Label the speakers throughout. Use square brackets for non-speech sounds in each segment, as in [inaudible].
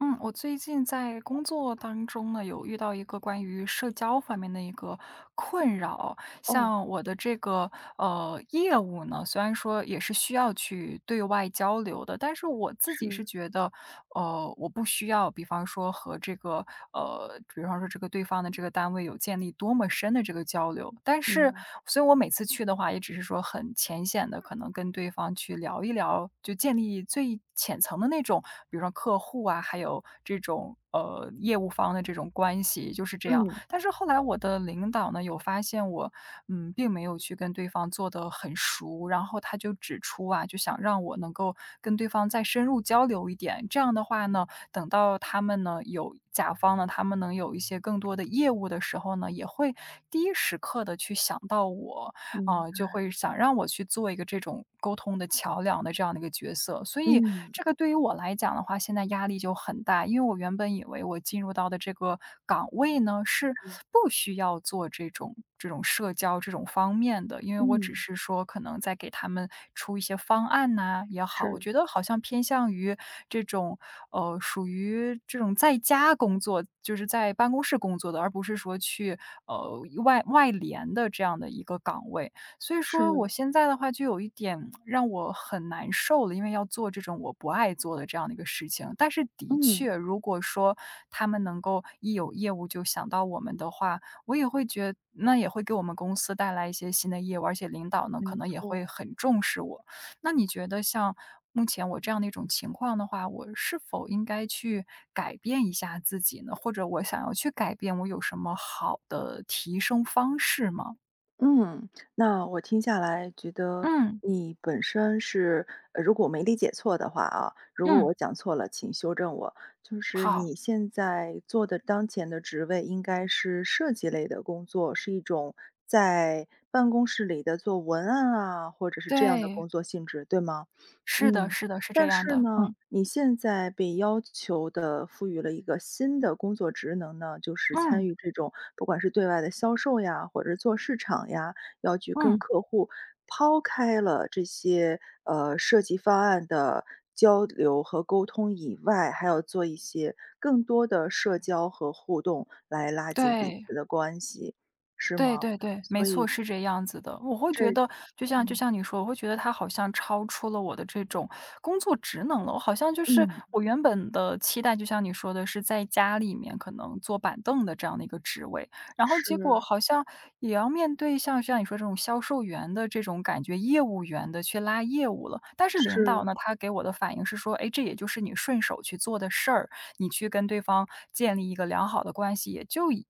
Speaker 1: 嗯，我最近在工作当中呢，有遇到一个关于社交方面的一个困扰。
Speaker 2: 哦，
Speaker 1: 像我的这个业务呢，虽然说也是需要去对外交流的，但是我自己是
Speaker 2: 是，
Speaker 1: 觉得，我不需要，比方说这个对方的这个单位有建立多么深的这个交流。但
Speaker 2: 明
Speaker 1: 是，
Speaker 2: 白，
Speaker 1: 所以我每次去的话，也只是说很浅显的，可能跟对方去聊一聊，就建立最浅层的那种，比如说客户啊，还有这种业务方的这种关系，就是这样。
Speaker 2: 嗯，
Speaker 1: 但是后来我的领导呢，有发现我，并没有去跟对方做得很熟，然后他就指出啊，就想让我能够跟对方再深入交流一点。这样的话呢，等到他们呢有甲方呢，他们能有一些更多的业务的时候呢，也会第一时刻的去想到我。
Speaker 2: 明
Speaker 1: 啊，就
Speaker 2: 白，
Speaker 1: 会想让我去做一个这种沟通的桥梁的这样的一个角色。所以
Speaker 2: 嗯，
Speaker 1: 这个对于我来讲的话，现在压力就很大，因为我原本以为我进入到的这个岗位呢，是
Speaker 2: 是，
Speaker 1: 不需要做这种社交这种方面的，因为我
Speaker 2: 嗯，
Speaker 1: 只是说可能在给他们出一些方案呐、也好，我
Speaker 2: 是，
Speaker 1: 觉得好像偏向于这种属于这种在家工作，就是在办公室工作的，而不是说去外联的这样的一个岗位。所以说
Speaker 2: 是，
Speaker 1: 我现在的话就有一点让我很难受了，因为要做这种我不爱做的这样的一个事情。但是的确，
Speaker 2: 嗯，
Speaker 1: 如果说他们能够一有业务就想到我们的话，我也会觉那也会给我们公司带来一些新的业务，而且领导呢可
Speaker 2: 没
Speaker 1: 能也会
Speaker 2: 错，
Speaker 1: 很重视我。那你觉得像目前我这样的一种情况的话，我是否应该去改变一下自己呢？或者我想要去改变，我有什么好的提升方式吗？
Speaker 2: 嗯。那我听下来觉得
Speaker 1: 嗯
Speaker 2: 你本身是如果我没理解错的话啊，如果
Speaker 1: 嗯。
Speaker 2: 我讲错了，请修正我。就是
Speaker 1: 好，
Speaker 2: 你现在做的当前的职位应该是设计类的工作，是一种在办公室里的做文案啊，或者是这样的
Speaker 1: 对，
Speaker 2: 工作性质，对吗？
Speaker 1: 是的
Speaker 2: 嗯，
Speaker 1: 是的，是这
Speaker 2: 但
Speaker 1: 样
Speaker 2: 是
Speaker 1: 的，
Speaker 2: 呢，
Speaker 1: 嗯，
Speaker 2: 你现在被要求的赋予了一个新的工作职能呢，就是参
Speaker 1: 嗯，
Speaker 2: 与这种不管是对外的销售呀，或者是做市场呀，要去跟
Speaker 1: 嗯，
Speaker 2: 客户抛开了这些，设计方案的交流和沟通以外，还要做一些更多的社交和互动来拉近彼
Speaker 1: 对，
Speaker 2: 此的关系，是
Speaker 1: 对
Speaker 2: 吗？
Speaker 1: 对对，没
Speaker 2: 所
Speaker 1: 错，
Speaker 2: 以
Speaker 1: 是这样子的。我会
Speaker 2: 这
Speaker 1: 觉得就像就
Speaker 2: 嗯，
Speaker 1: 像你说，我会觉得它好像超出了我的这种工作职能了，我好像就是
Speaker 2: 嗯，
Speaker 1: 我原本的期待，就像你说的是在家里面可能坐板凳的这样的一个职位，然后结果
Speaker 2: 是，
Speaker 1: 好像也要面对像你说这种销售员的这种感觉，业务员的去拉业务了。但是领
Speaker 2: 是，
Speaker 1: 导呢，他给我的反应是说：“哎，这也就是你顺手去做的事儿。”你去跟对方建立一个良好的关系，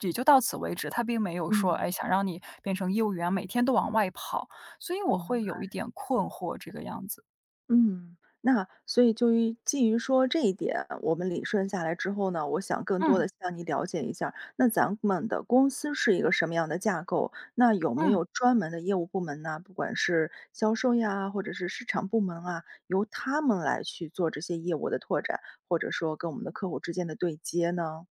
Speaker 1: 也就到此为止。他并没有说，
Speaker 2: 嗯，
Speaker 1: 哎，想让你变成业务员，每天都往外跑，所以我
Speaker 2: 明
Speaker 1: 会
Speaker 2: 白。
Speaker 1: 有一点困惑这个样子。
Speaker 2: 嗯，那所以就于基于说这一点，我们理顺下来之后呢，我想更多的
Speaker 1: 嗯
Speaker 2: 向你了解一下儿那咱们的公司是一个什么样的架构？那有没
Speaker 1: 嗯。
Speaker 2: 有专门的业务部门呢？不管是销售呀，或者是市场部门啊，由他们来去做这些业务的拓展，或者说跟我们的客户之间的对接呢？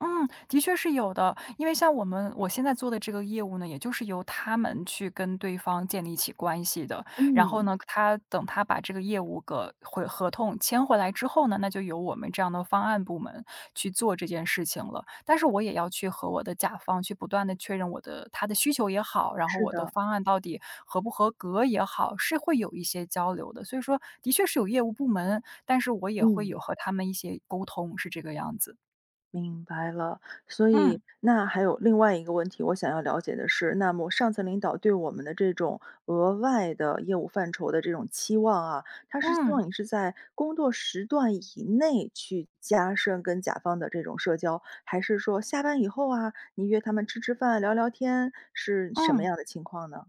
Speaker 1: 嗯，的确是有的。因为像我们我现在做的这个业务呢，也就是由他们去跟对方建立起关系的。然后
Speaker 2: 嗯，
Speaker 1: 呢，他等他把这个业务个回合同签回来之后呢，那就由我们这样的方案部门去做这件事情了。但是我也要去和我的甲方去不断的确认他的需求也好，然后
Speaker 2: 是
Speaker 1: 我的
Speaker 2: 的，
Speaker 1: 方案到底合不合格也好，是会有一些交流的。所以说的确是有业务部门，但是我也会
Speaker 2: 嗯。
Speaker 1: 有和他们一些沟通，是这个样子。
Speaker 2: 明白了，所以
Speaker 1: 嗯。
Speaker 2: 那还有另外一个问题，我想要了解的是，那么上层领导对我们的这种额外的业务范畴的这种期望啊，他是希
Speaker 1: 嗯，
Speaker 2: 望你是在工作时段以内去加深跟甲方的这种社交，还是说下班以后啊，你约他们吃吃饭、聊聊天，是什么
Speaker 1: 嗯，
Speaker 2: 样的情况呢？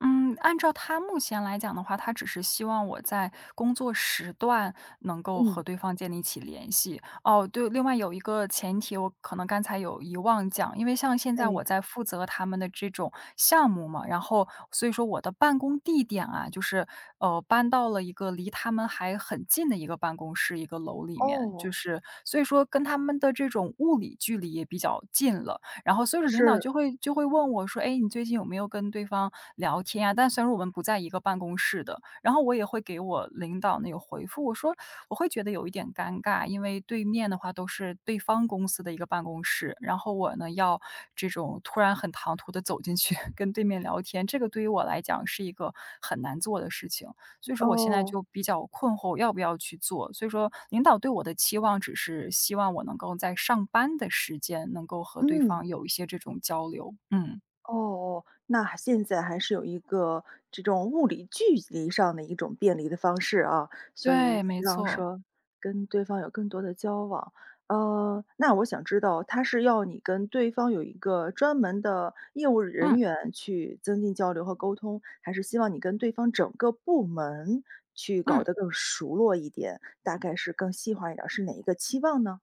Speaker 1: 嗯，按照他目前来讲的话，他只是希望我在工作时段能够
Speaker 2: 嗯，
Speaker 1: 和对方建立起联系。哦，对，另外有一个前提，我可能刚才有遗忘讲，因为像现在
Speaker 2: 哎，
Speaker 1: 我在负责他们的这种项目嘛，然后所以说我的办公地点啊，就是搬到了一个离他们还很近的一个办公室一个楼里面，就
Speaker 2: 哦，
Speaker 1: 是所以说跟他们的这种物理距离也比较近了。然后所有的领导
Speaker 2: 是，
Speaker 1: 就会问我说：“哎，你最近有没有跟对方聊天啊？”但虽然我们不在一个办公室的，然后我也会给我领导那个回复，我说我会觉得有一点尴尬，因为对面的话都是对方公司的一个办公室，然后我呢要这种突然很唐突的走进去 [laughs] 跟对面聊天，这个对于我来讲是一个很难做的事情。所以说我现在
Speaker 2: 哦，
Speaker 1: 就比较困惑要不要去做。所以说领导对我的期望只是希望我能够在上班的时间能够和对方
Speaker 2: 嗯。
Speaker 1: 有一些这种交流。嗯，
Speaker 2: 哦哦，那还现在还是有一个这种物理距离上的一种便利的方式啊，所以
Speaker 1: 对，没
Speaker 2: 希望
Speaker 1: 错，
Speaker 2: 说跟对方有更多的交往。那我想知道，他是要你跟对方有一个专门的业务人
Speaker 1: 嗯
Speaker 2: 员去增进交流和沟通，还是希望你跟对方整个部门去搞
Speaker 1: 嗯。
Speaker 2: 得更熟络一点，大概是更细化一点儿，是哪一个期望呢？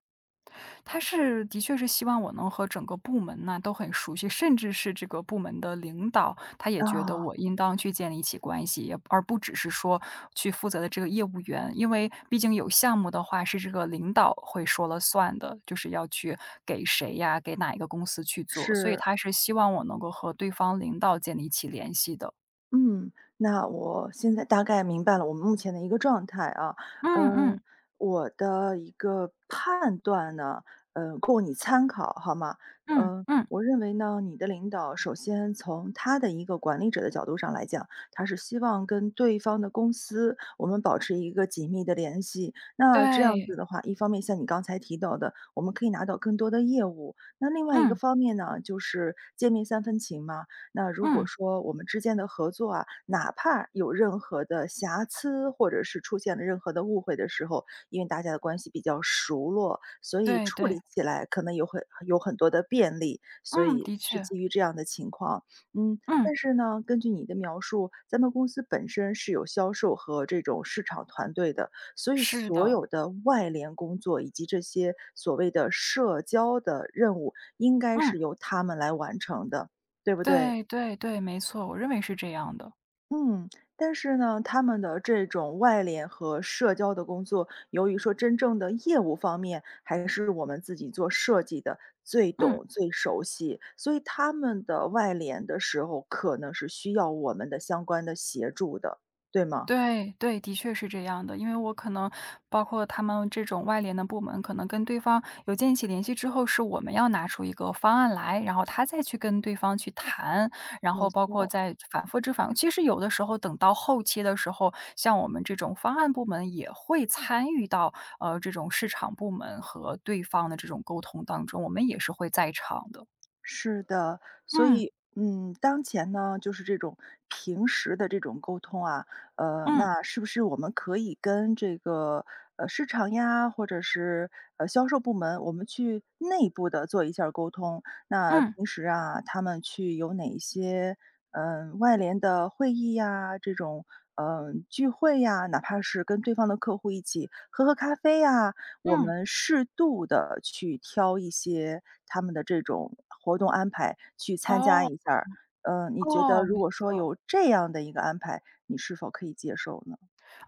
Speaker 1: 他是的确是希望我能和整个部门呢都很熟悉，甚至是这个部门的领导，他也觉得
Speaker 2: 啊，
Speaker 1: 我应当去建立起关系，也而不只是说去负责的这个业务员，因为毕竟有项目的话是这个领导会说了算的，就是要去给谁呀，给哪一个公司去做，所以
Speaker 2: 是。
Speaker 1: 他是希望我能够和对方领导建立起联系的。
Speaker 2: 嗯，那我现在大概明白了我们目前的一个状态啊。
Speaker 1: 嗯
Speaker 2: 嗯，
Speaker 1: 嗯
Speaker 2: 我的一个判断呢，供你参考好吗？
Speaker 1: 嗯
Speaker 2: 嗯，
Speaker 1: 嗯，
Speaker 2: 我认为呢，你的领导首先从他的一个管理者的角度上来讲，他是希望跟对方的公司我们保持一个紧密的联系。那这样
Speaker 1: 对，
Speaker 2: 子的话，一方面像你刚才提到的，我们可以拿到更多的业务；那另外一个
Speaker 1: 嗯
Speaker 2: 方面呢，就是见面三分情嘛。那如果
Speaker 1: 嗯，
Speaker 2: 说我们之间的合作啊，哪怕有任何的瑕疵，或者是出现了任何的误会的时候，因为大家的关系比较熟络，所以
Speaker 1: 对
Speaker 2: 处
Speaker 1: 对，
Speaker 2: 理起来可能有很多的便利，所
Speaker 1: 嗯，
Speaker 2: 以
Speaker 1: 的
Speaker 2: 是
Speaker 1: 确，
Speaker 2: 基于这样的情况。嗯，
Speaker 1: 嗯，
Speaker 2: 但是呢，根据你的描述，咱们公司本身是有销售和这种市场团队的，所以
Speaker 1: 是
Speaker 2: 所
Speaker 1: 的，
Speaker 2: 有的外联工作以及这些所谓的社交的任务，应该
Speaker 1: 嗯。
Speaker 2: 是由他们来完成的，对不对？
Speaker 1: 对对对，没错，我认为是这样的。
Speaker 2: 嗯，但是呢，他们的这种外联和社交的工作，由于说真正的业务方面，还是我们自己做设计的最
Speaker 1: 嗯，
Speaker 2: 懂、最熟悉，所以他们的外联的时候，可能是需要我们的相关的协助的，对吗？
Speaker 1: 对对，的确是这样的。因为我可能包括他们这种外联的部门，可能跟对方有建立起联系之后，是我们要拿出一个方案来，然后他再去跟对方去谈，然
Speaker 2: 没
Speaker 1: 后包括
Speaker 2: 错，
Speaker 1: 再反复之反其实有的时候等到后期的时候，像我们这种方案部门也会参与到这种市场部门和对方的这种沟通当中，我们也是会在场的。
Speaker 2: 是的，所
Speaker 1: 嗯
Speaker 2: 以，嗯，当前呢，就是这种平时的这种沟通啊，
Speaker 1: 嗯
Speaker 2: 那是不是我们可以跟这个市场呀，或者是销售部门，我们去内部的做一下儿沟通？那
Speaker 1: 嗯
Speaker 2: 平时啊，他们去有哪一些外联的会议呀，这种聚会呀，哪怕是跟对方的客户一起喝喝咖啡呀，我
Speaker 1: 嗯，
Speaker 2: 们适度的去挑一些他们的这种活动安排去参加
Speaker 1: 哦。
Speaker 2: 一下嗯，你觉得
Speaker 1: 哦，
Speaker 2: 如
Speaker 1: 没
Speaker 2: 果说
Speaker 1: 错。
Speaker 2: 有这样的一个安排，你是否可以接受呢？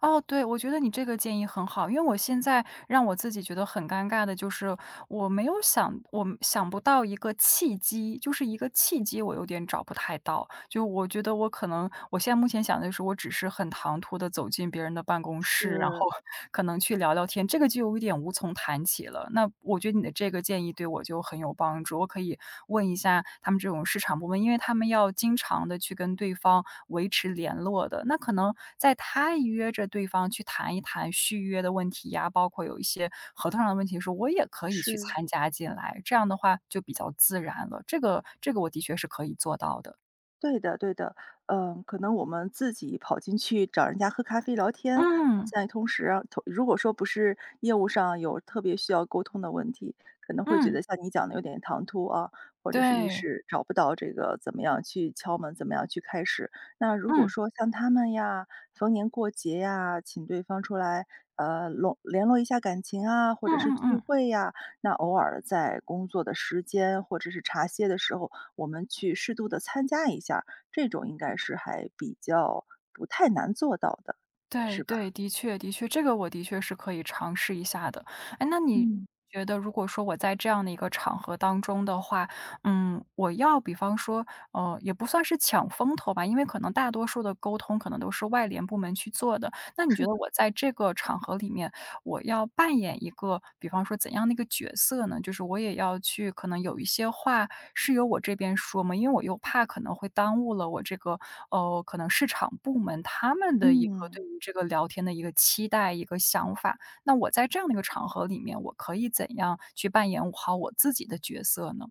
Speaker 1: 哦，对，我觉得你这个建议很好，因为我现在让我自己觉得很尴尬的就是，我想不到一个契机，就是一个契机我有点找不太到。就我觉得我可能我现在目前想的就是我只是很唐突的走进别人的办公室，然后
Speaker 2: 是
Speaker 1: 可能去聊聊天，这个就有一点无从谈起了。那我觉得你。你的这个建议对我就很有帮助，我可以问一下他们这种市场部门，因为他们要经常的去跟对方维持联络的。那可能在他约着对方去谈一谈续约的问题呀，包括有一些合同上的问题的时候，我也可以去
Speaker 2: 是。
Speaker 1: 参加进来，这样的话就比较自然了。这个我的确是可以做到的。
Speaker 2: 对的对的，嗯，可能我们自己跑进去找人家喝咖啡聊天，
Speaker 1: 嗯，
Speaker 2: 在同时啊，如果说不是业务上有特别需要沟通的问题，可能会觉
Speaker 1: 嗯，
Speaker 2: 得像你讲的有点唐突啊，或者是一
Speaker 1: 对，
Speaker 2: 时找不到这个怎么样去敲门，怎么样去开始。那如果
Speaker 1: 嗯，
Speaker 2: 说像他们呀，逢年过节呀，请对方出来，联络一下感情啊，或
Speaker 1: 嗯
Speaker 2: 者是
Speaker 1: 嗯
Speaker 2: 聚
Speaker 1: 嗯。
Speaker 2: 会呀，那偶尔在工作的时间或者是茶歇的时候我们去适度的参加一下这种应该是还比较不太难做到的，
Speaker 1: 对
Speaker 2: 是吧？
Speaker 1: 对，的确的确，这个我的确是可以尝试一下的。哎，那你
Speaker 2: 嗯，
Speaker 1: 觉得如果说我在这样的一个场合当中的话，嗯，我要比方说，也不算是抢风头吧，因为可能大多数的沟通可能都是外联部门去做的。那你
Speaker 2: 是
Speaker 1: 觉
Speaker 2: 的。
Speaker 1: 得我在这个场合里面，我要扮演一个，比方说怎样的一个角色呢？就是我也要去可能有一些话，是由我这边说吗？因为我又怕可能会耽误了我这个，可能市场部门他们的一个
Speaker 2: 嗯。
Speaker 1: 对于这个聊天的一个期待、一个想法。那我在这样的一个场合里面，我可以怎样去扮演好我自己的角色呢？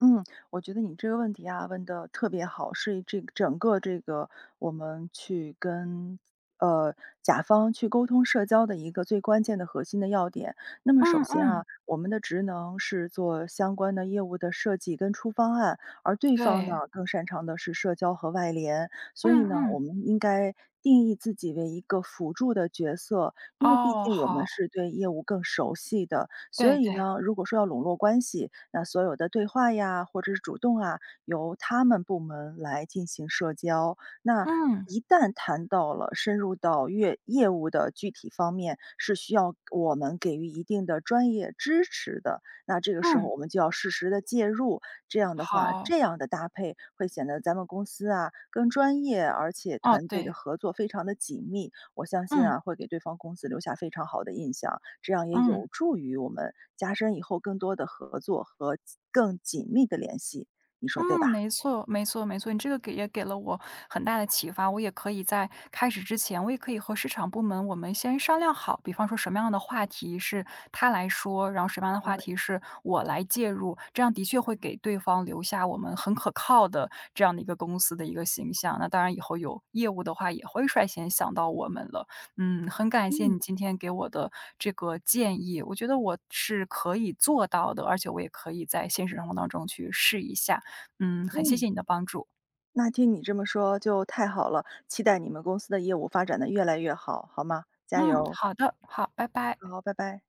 Speaker 2: 嗯，我觉得你这个问题啊，问的特别好，是这整个这个我们去跟呃甲方去沟通社交的一个最关键的核心的要点。那么首
Speaker 1: 嗯
Speaker 2: 先
Speaker 1: 嗯，
Speaker 2: 啊，我们的职能是做相关的业务的设计跟出方案，而对方
Speaker 1: 对，
Speaker 2: 呢更擅长的是社交和外联，
Speaker 1: 嗯
Speaker 2: 所以呢，我
Speaker 1: 嗯，
Speaker 2: 们应该。定义自己为一个辅助的角色，因为毕
Speaker 1: 哦，
Speaker 2: 竟我们
Speaker 1: 好，
Speaker 2: 是对业务更熟悉的，所
Speaker 1: 对
Speaker 2: 以
Speaker 1: 对，
Speaker 2: 呢，如果说要笼络关系，那所有的对话呀，或者是主动啊，由他们部门来进行社交。那
Speaker 1: 嗯
Speaker 2: 一旦谈到了深入到业务的具体方面，是需要我们给予一定的专业支持的。那这个时候
Speaker 1: 嗯，
Speaker 2: 我们就要适时的介入，这样的话，
Speaker 1: 好，
Speaker 2: 这样的搭配会显得咱们公司啊更专业，而且
Speaker 1: 哦，
Speaker 2: 团队的
Speaker 1: 对，
Speaker 2: 合作非常的紧密。我相信
Speaker 1: 嗯
Speaker 2: 啊，会给对方公司留下非常好的印象，这样也
Speaker 1: 嗯。
Speaker 2: 有助于我们加深以后更多的合作和更紧密的联系，你说对
Speaker 1: 嗯，
Speaker 2: 吧？
Speaker 1: 没错，没错，没错，你这个给也给了我很大的启发，我也可以在开始之前，我也可以和市场部门我们先商量好，比方说什么样的话题是他来说，然后什么样的话题
Speaker 2: 对
Speaker 1: 是我来介入，这样的确会给对方留下我们很可靠的这样的一个公司的一个形象。那当然，以后有业务的话，也会率先想到我们了。嗯，很感谢
Speaker 2: 嗯
Speaker 1: 你今天给我的这个建议，我觉得我是可以做到的，而且我也可以在现实生活当中去试一下。嗯，很谢
Speaker 2: 嗯。
Speaker 1: 谢你的帮助。
Speaker 2: 那听你这么说就太好了，期待你们公司的业务发展的越来越好，好吗？加
Speaker 1: 嗯，
Speaker 2: 油，
Speaker 1: 好的，好，拜拜。
Speaker 2: 好，拜拜。